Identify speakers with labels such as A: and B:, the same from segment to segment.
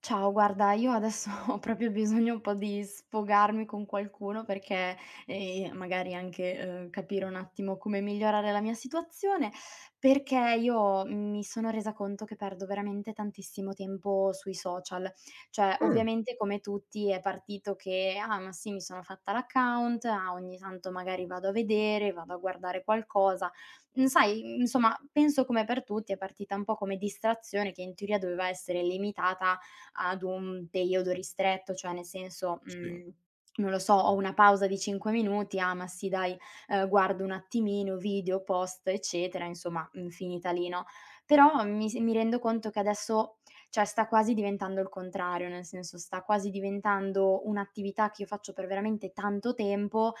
A: Ciao, guarda, io adesso ho proprio bisogno un po' di sfogarmi con qualcuno perché, magari anche, capire un attimo come migliorare la mia situazione, perché io mi sono resa conto che perdo veramente tantissimo tempo sui social. Cioè,
B: Mh,
A: ovviamente come tutti è partito che: "Ah, ma sì, mi sono fatta l'account, ah, ogni tanto magari vado a vedere, vado a guardare qualcosa". Mhmm, sai, insomma, penso come per tutti è partita un po' come distrazione che in teoria doveva essere limitata ad un periodo ristretto, cioè nel senso,
B: sì,
A: non lo so, ho una pausa di 5 minuti, ah, ma sì dai, guardo un attimino video, post, eccetera, insomma, finita lì, no, però mi rendo conto che adesso, cioè sta quasi diventando il contrario, nel senso sta quasi diventando un'attività che io faccio per veramente tanto tempo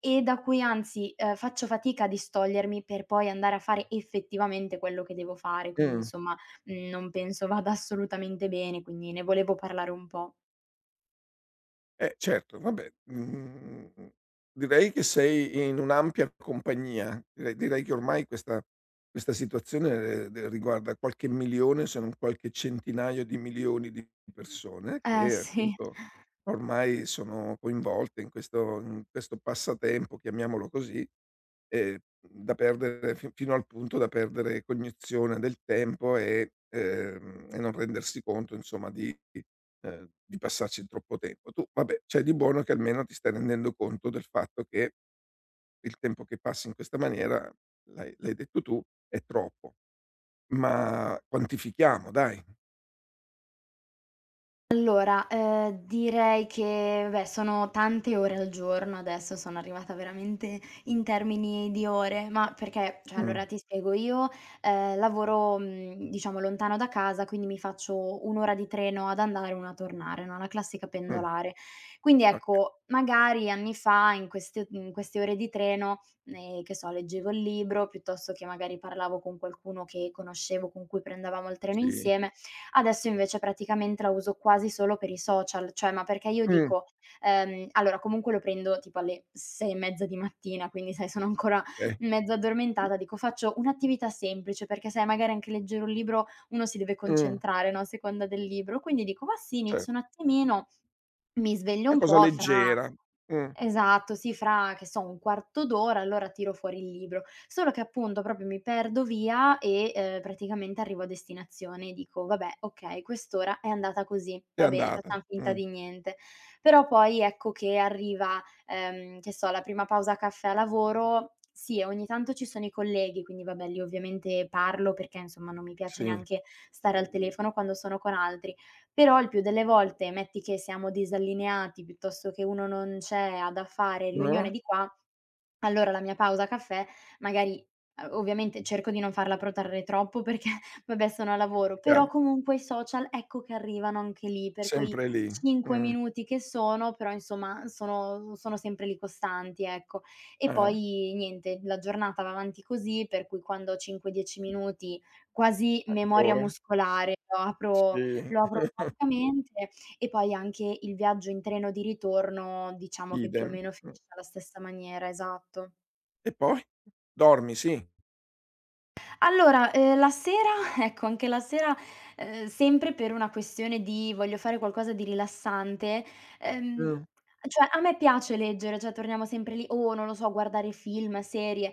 A: e da cui anzi, faccio fatica a distogliermi per poi andare a fare effettivamente quello che devo fare, quindi
B: mh.
A: insomma, non penso vada assolutamente bene, quindi ne volevo parlare un po'.
B: Eh certo, vabbè, direi che sei in un'ampia compagnia. Direi che ormai questa situazione, riguarda qualche milione, se non qualche centinaio di milioni di persone
A: Eh
B: che
A: sì.
B: appunto ormai sono coinvolte in questo passatempo, chiamiamolo così, ehm, da perdere fi fino al punto da perdere cognizione del tempo e non rendersi conto insomma di passarci troppo tempo. Tu vabbè, c'è di buono che almeno ti stai rendendo conto del fatto che il tempo che passi in questa maniera, l'hai detto tu, è troppo. Ma quantifichiamo dai.
A: Allora, direi che beh, sono tante ore al giorno adesso, sono arrivata veramente in termini di ore, ma perché cioè
B: Mh,
A: allora ti spiego, io, lavoro, diciamo lontano da casa, quindi mi faccio 1 ora di treno ad andare e 1 a tornare, no, la classica
B: mh,
A: pendolare. Quindi
B: o
A: ecco, magari anni fa in queste ore di treno, che so, leggevo il libro, piuttosto che magari parlavo con qualcuno che conoscevo, con cui prendevamo il treno
B: sì.
A: insieme. Adesso invece praticamente la uso quasi solo per i social, cioè ma perché io
B: Mh,
A: dico allora comunque lo prendo tipo alle 6 e mezza di mattina, quindi sai sono ancora
B: okay.
A: mezzo addormentata, dico faccio un'attività semplice, perché sai magari anche leggere un libro uno si deve
B: Mh,
A: concentrare, no, a seconda del libro, quindi dico: "Ma sì,
B: cer
A: inizio un attimino". Mi sveglio
B: una
A: un
B: cosa
A: po' fra
B: leggera. Mh,
A: esatto, sì, fra che so, un quarto d'ora, allora tiro fuori il libro. Solo che appunto proprio mi perdo via e, praticamente arrivo a destinazione e dico: "Vabbè, okay, quest'ora è andata così,
B: è
A: va bene,
B: andata.
A: facciam finta di niente". Però poi ecco che arriva, che so, la prima pausa caffè a lavoro, sì, e ogni tanto ci sono i colleghi, quindi vabbè lì ovviamente parlo perché, insomma, non mi piace
B: Sì.
A: neanche stare al telefono quando sono con altri. Però il più delle volte, metti che siamo disallineati, piuttosto che uno non c'è, ha da fare,
B: No,
A: riunione di qua, allora la mia pausa caffè magari ovviamente cerco di non farla protrarre troppo perché vabbè sono a lavoro, però
B: chiaro,
A: comunque i social ecco che arrivano anche lì per quei
B: sempre lì.
A: 5
B: Mh,
A: minuti che sono, però insomma sono sempre lì costanti, ecco. E
B: eh,
A: poi niente, la giornata va avanti così, per cui quando ho 5, 10 minuti quasi memoria
B: ancora.
A: muscolare,
B: Sì,
A: lo apro praticamente e poi anche il viaggio in treno di ritorno, diciamo che più o
B: idem.
A: meno
B: Mh.
A: finisce alla stessa maniera, esatto.
B: E poi? Dormi, sì.
A: Allora, la sera ecco, anche la sera, sempre per una questione di voglio fare qualcosa di rilassante, ehm,
B: Mh,
A: cioè a me piace leggere, cioè torniamo sempre lì o non lo so, guardare film, serie,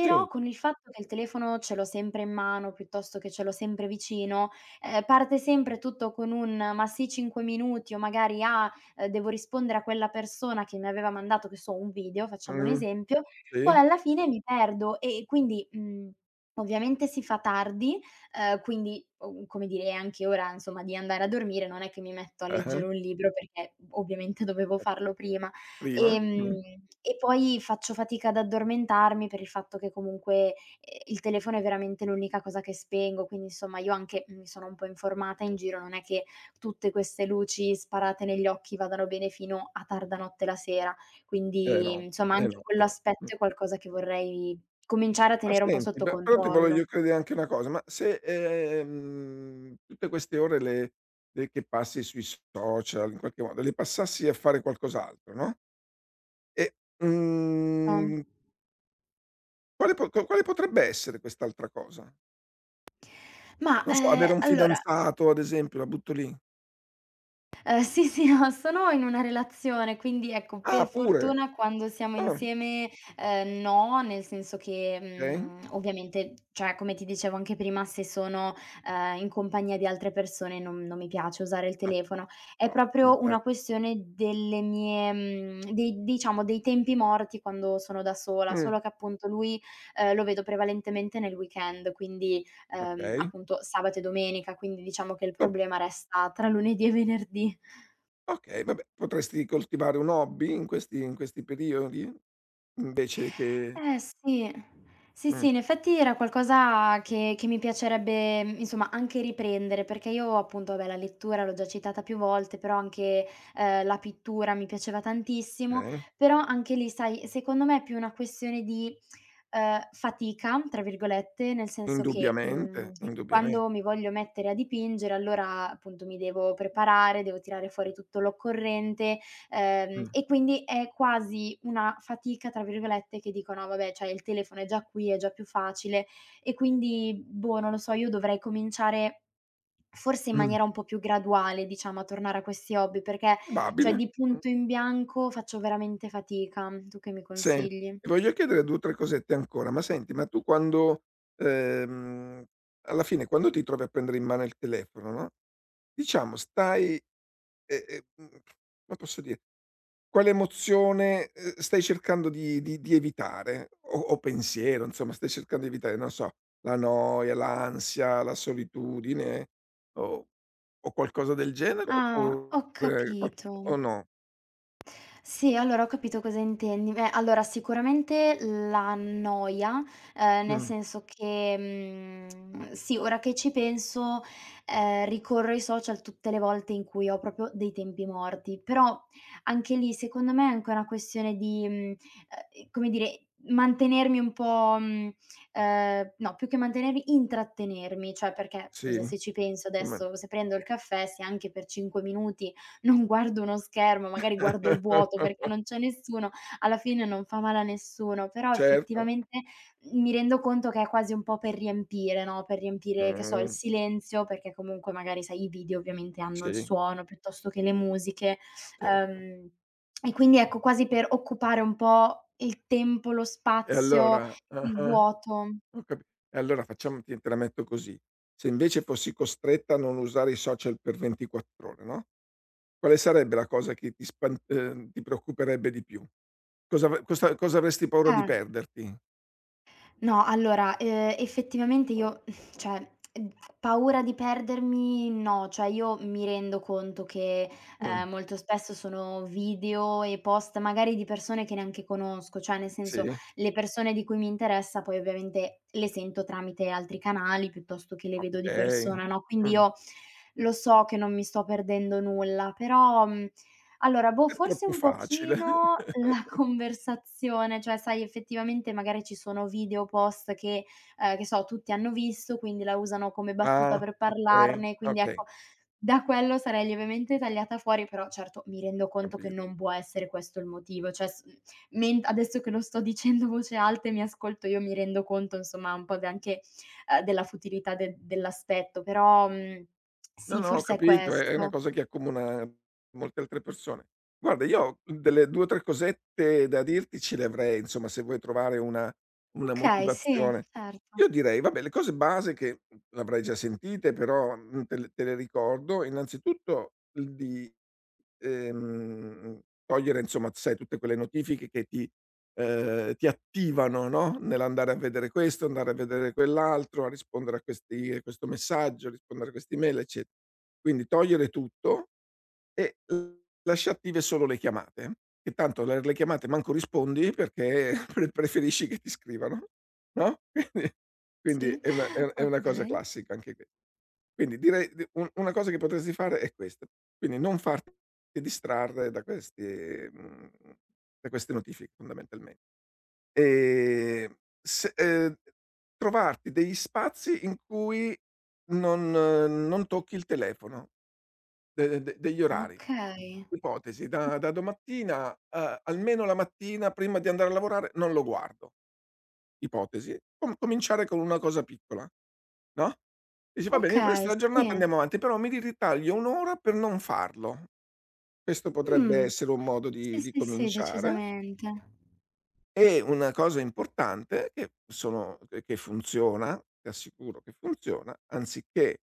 B: sì.
A: con il fatto che il telefono ce l'ho sempre in mano, piuttosto che ce l'ho sempre vicino, parte sempre tutto con un: "Ma sì 5 minuti" o magari: "Ah, devo rispondere a quella persona che mi aveva mandato", che so, un video, facciamo un
B: Mh,
A: esempio, poi
B: sì,
A: alla fine mi perdo e quindi, mhmm. Ovviamente si fa tardi, quindi, come dire, è anche ora, insomma, di andare a dormire, non è che mi metto a
B: ah-ah,
A: leggere un libro perché ovviamente dovevo farlo prima.
B: prima,
A: Ehm, e poi faccio fatica ad addormentarmi per il fatto che comunque, il telefono è veramente l'unica cosa che spengo, quindi insomma io anche mi sono un po' informata in giro, non è che tutte queste luci sparate negli occhi vadano bene fino a tarda notte la sera.
B: eh
A: Quindi,
B: no,
A: insomma,
B: eh
A: anche
B: no, eh no.
A: quell'aspetto è qualcosa che vorrei cominciare a
B: Ma
A: tenere un po'
B: senti,
A: sotto
B: beh, però ti voglio
A: controllo,
B: chiedere anche una cosa, ma se, tutte queste ore le che passi sui social in qualche modo, le passassi a fare qualcos'altro, no, e,
A: no?
B: mhmm, quale po co quale potrebbe essere quest'altra cosa?
A: Ma,
B: Non so, avere un
A: allora,
B: fidanzato ad esempio, la butto lì.
A: sì, sì, no, sono in una relazione, quindi ecco,
B: Ah
A: per
B: pure,
A: fortuna quando siamo
B: ah,
A: insieme, no, nel senso che,
B: okay,
A: ovviamente, cioè come ti dicevo anche prima, se sono, in compagnia di altre persone non mi piace usare il
B: ah,
A: telefono. È
B: ottimo
A: proprio
B: dai.
A: una questione delle mie mhmm, dei diciamo dei tempi morti quando sono da sola,
B: Mh,
A: solo che appunto lui, lo vedo prevalentemente nel weekend, quindi
B: okay.
A: appunto sabato e domenica, quindi diciamo che il
B: Top.
A: problema resta tra lunedì e venerdì.
B: Okay, vabbè, potresti coltivare un hobby in questi periodi? Invece che
A: Eh sì. Sì,
B: mh,
A: sì, in effetti era qualcosa che mi piacerebbe, mhmm, insomma anche riprendere, perché io appunto, vabbè la lettura l'ho già citata più volte, però anche, la pittura mi piaceva tantissimo,
B: okay,
A: però anche lì sai, secondo me è più una questione di, "fatica" tra virgolette, nel senso che, mhmm,
B: indubbiamente, indubbiamen
A: quando mi voglio mettere a dipingere allora appunto mi devo preparare, devo tirare fuori tutto l'occorrente.
B: mh,
A: E quindi è quasi una "fatica" tra virgolette che dico: "No vabbè, cioè il telefono è già qui, è già più facile" e quindi, boh, non lo so, io dovrei cominciare forse in
B: mh,
A: maniera un po' più graduale, diciamo, a tornare a questi hobby, perché cioè
B: probabile.
A: di
B: Mh.
A: punto in bianco faccio veramente fatica. Tu che mi
B: Sen
A: consigli?
B: Ti voglio chiedere 2 o 3 cosette ancora, ma senti, ma tu quando ehm, alla fine quando ti trovi a prendere in mano il telefono, no, diciamo stai e come posso dire. Quale emozione, stai cercando di evitare? O pensiero, insomma, stai cercando di evitare, non so, la noia, l'ansia, la solitudine o o qualcosa del genere
A: Ah, ho
B: oppure qual
A: capito.
B: o no?
A: Sì, allora ho capito cosa intendi. Beh, allora sicuramente la noia, nel
B: Mh,
A: senso che, sì, ora che ci penso, ricorro ai social tutte le volte in cui ho proprio dei tempi morti, però anche lì secondo me è anche una questione di, mhmm, come dire, mantenermi un po', mhmm, no, più che mantenermi, intrattenermi, cioè perché, scusa,
B: sì,
A: se ci penso
B: come.
A: adesso, se prendo il caffè, se anche per 5 minuti non guardo uno schermo, magari guardo il vuoto perché non c'è nessuno, alla fine non fa male a nessuno, però
B: Certo.
A: effettivamente mi rendo conto che è quasi un po' per riempire, no, per riempire, che so, il
B: Mh,
A: silenzio, perché comunque magari sai i video ovviamente hanno il
B: sì,
A: suono piuttosto che le musiche,
B: certo.
A: ehm, e quindi ecco quasi per occupare un po' il tempo, lo
B: E
A: spazio,
B: allora?
A: il
B: Ah-ah.
A: vuoto.
B: Ho capi E allora facciamo, ti te la metto così: se invece fossi costretta a non usare i social per 24 ore, no, quale sarebbe la cosa che ti preoccuperebbe di più? Cosa cosa avresti paura di
A: Eh.
B: perderti?
A: No, allora, effettivamente io cioè, paura di perdermi no, cioè io mi rendo conto che,
B: Mh,
A: molto spesso sono video e post magari di persone che neanche conosco, cioè nel senso
B: sì,
A: le persone di cui mi interessa poi ovviamente le sento tramite altri canali piuttosto che le vedo di
B: okay,
A: persona, no, quindi
B: mh,
A: io lo so che non mi sto perdendo nulla, però, mhmm, allora, boh,
B: è
A: forse
B: troppo
A: un
B: facile.
A: pochino la conversazione, cioè sai effettivamente magari ci sono video, post che so, tutti hanno visto, quindi la usano come battuta
B: Ah,
A: per
B: okay,
A: parlarne, quindi
B: okay,
A: ecco, da quello sarei lievemente tagliata fuori, però certo mi rendo conto
B: capi.
A: che non può essere questo il motivo, cioè s mhmm, men adesso che lo sto dicendo a voce alta e mi ascolto io, mi rendo conto insomma un po' de anche, della futilità de dell'aspetto, però, mhmm,
B: No,
A: sì,
B: no, ho
A: forse è
B: capito, è una
A: questo.
B: cosa che accomuna molte altre persone. Guarda, io delle 2 o 3 cosette da dirti ce le avrei, insomma, se vuoi trovare una
A: Okay, sì,
B: motivazione. Io
A: certo.
B: direi, vabbè, le cose base che l'avrai già sentite, però, te le ricordo, innanzitutto togliere, insomma, sai, tutte quelle notifiche che ti ti attivano, no, nell'andare a vedere questo, andare a vedere quell'altro, a rispondere a questi a questo messaggio, a rispondere a quest'email, ecce. Quindi togliere tutto e lascia attive solo le chiamate, che tanto le chiamate manco rispondi perché preferisci che ti scrivano. No, quindi quindi
A: Sì.
B: è una è è una cosa
A: Okay.
B: classica anche que, quindi direi di un una cosa che potresti fare è questa, quindi non farti distrarre da questi da queste notifiche fondamentalmen, ehm, se trovarti degli spazi in cui non non tocchi il telefono, de de degli orari.
A: Okay.
B: Ipotesi: da domattina, almeno la mattina prima di andare a lavorare non lo guardo, ipotesi, cominciare con una cosa piccola, no, dici: "Va bene, il resto
A: Okay,
B: della giornata
A: sì.
B: andiamo avanti, però mi ri ritaglio 1 ora per non farlo." Questo potrebbe
A: Mh.
B: essere un modo
A: Sì,
B: di
A: sì, sì,
B: cominciare.
A: decisamente.
B: E una cosa importante che sono che funziona, ti assicuro che funziona, anziché,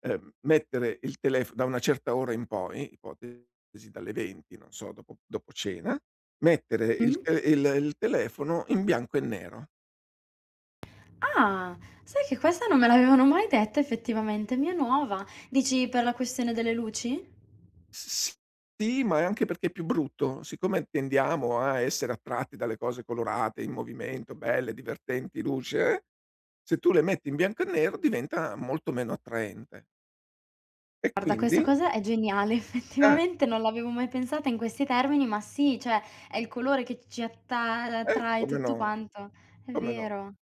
B: mettere il telefo da una certa ora in poi, ipotesi dalle 20, non so, dopo cena, mettere il
A: Mh.
B: te il telefono in bianco e nero.
A: Ah, sai che questa non me l'avevano mai detta effettivamente, mi è nuova. Dici per la questione delle luci?
B: S Sì, ma è anche perché è più brutto. Siccome tendiamo a essere attratti dalle cose colorate, in movimento, belle, divertenti, luce, se tu le metti in bianco e nero diventa molto meno attraente. E
A: Guarda,
B: quindi
A: questa cosa è geniale,
B: eh,
A: effettivamente non l'avevo mai pensata in questi termini, ma sì, cioè è il colore che ci atta attrae
B: come
A: tutto
B: no,
A: quanto. È
B: come no.
A: vero.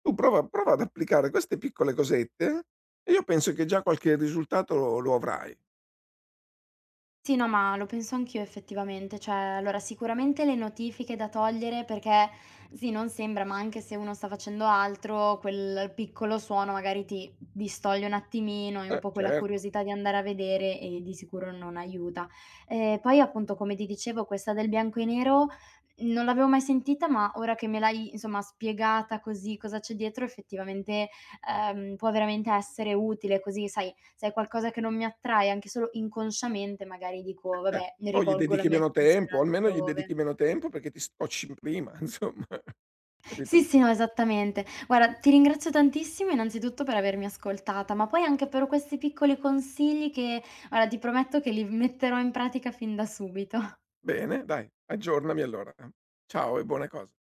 B: Tu prova ad applicare queste piccole cosette e io penso che già qualche risultato lo avrai.
A: Sì, no, ma lo penso anch'io effettivamente. Cioè, allora sicuramente le notifiche da togliere perché sì, non sembra, ma anche se uno sta facendo altro, quel piccolo suono magari ti distoglie un attimino, hai un po' quella
B: Certo.
A: curiosità di andare a vedere e di sicuro non aiuta. Poi appunto, come ti dicevo, questa del bianco e nero non l'avevo mai sentita, ma ora che me l'hai insomma spiegata così, cosa c'è dietro, effettivamente, può veramente essere utile, così sai se è qualcosa che non mi attrae, anche solo inconsciamente, magari dico: "Vabbè, ne
B: O gli
A: rivolgo la
B: dedichi
A: mia
B: meno
A: attenzione
B: tempo, almeno gli
A: altrove".
B: dedichi meno tempo perché ti scocci prima, insomma, capito?
A: Sì, sì, no, esattamente. Guarda, ti ringrazio tantissimo innanzitutto per avermi ascoltata, ma poi anche per questi piccoli consigli che guarda, ti prometto che li metterò in pratica fin da subito.
B: Bene, dai, aggiornami allora. Eh. Ciao e buone cose.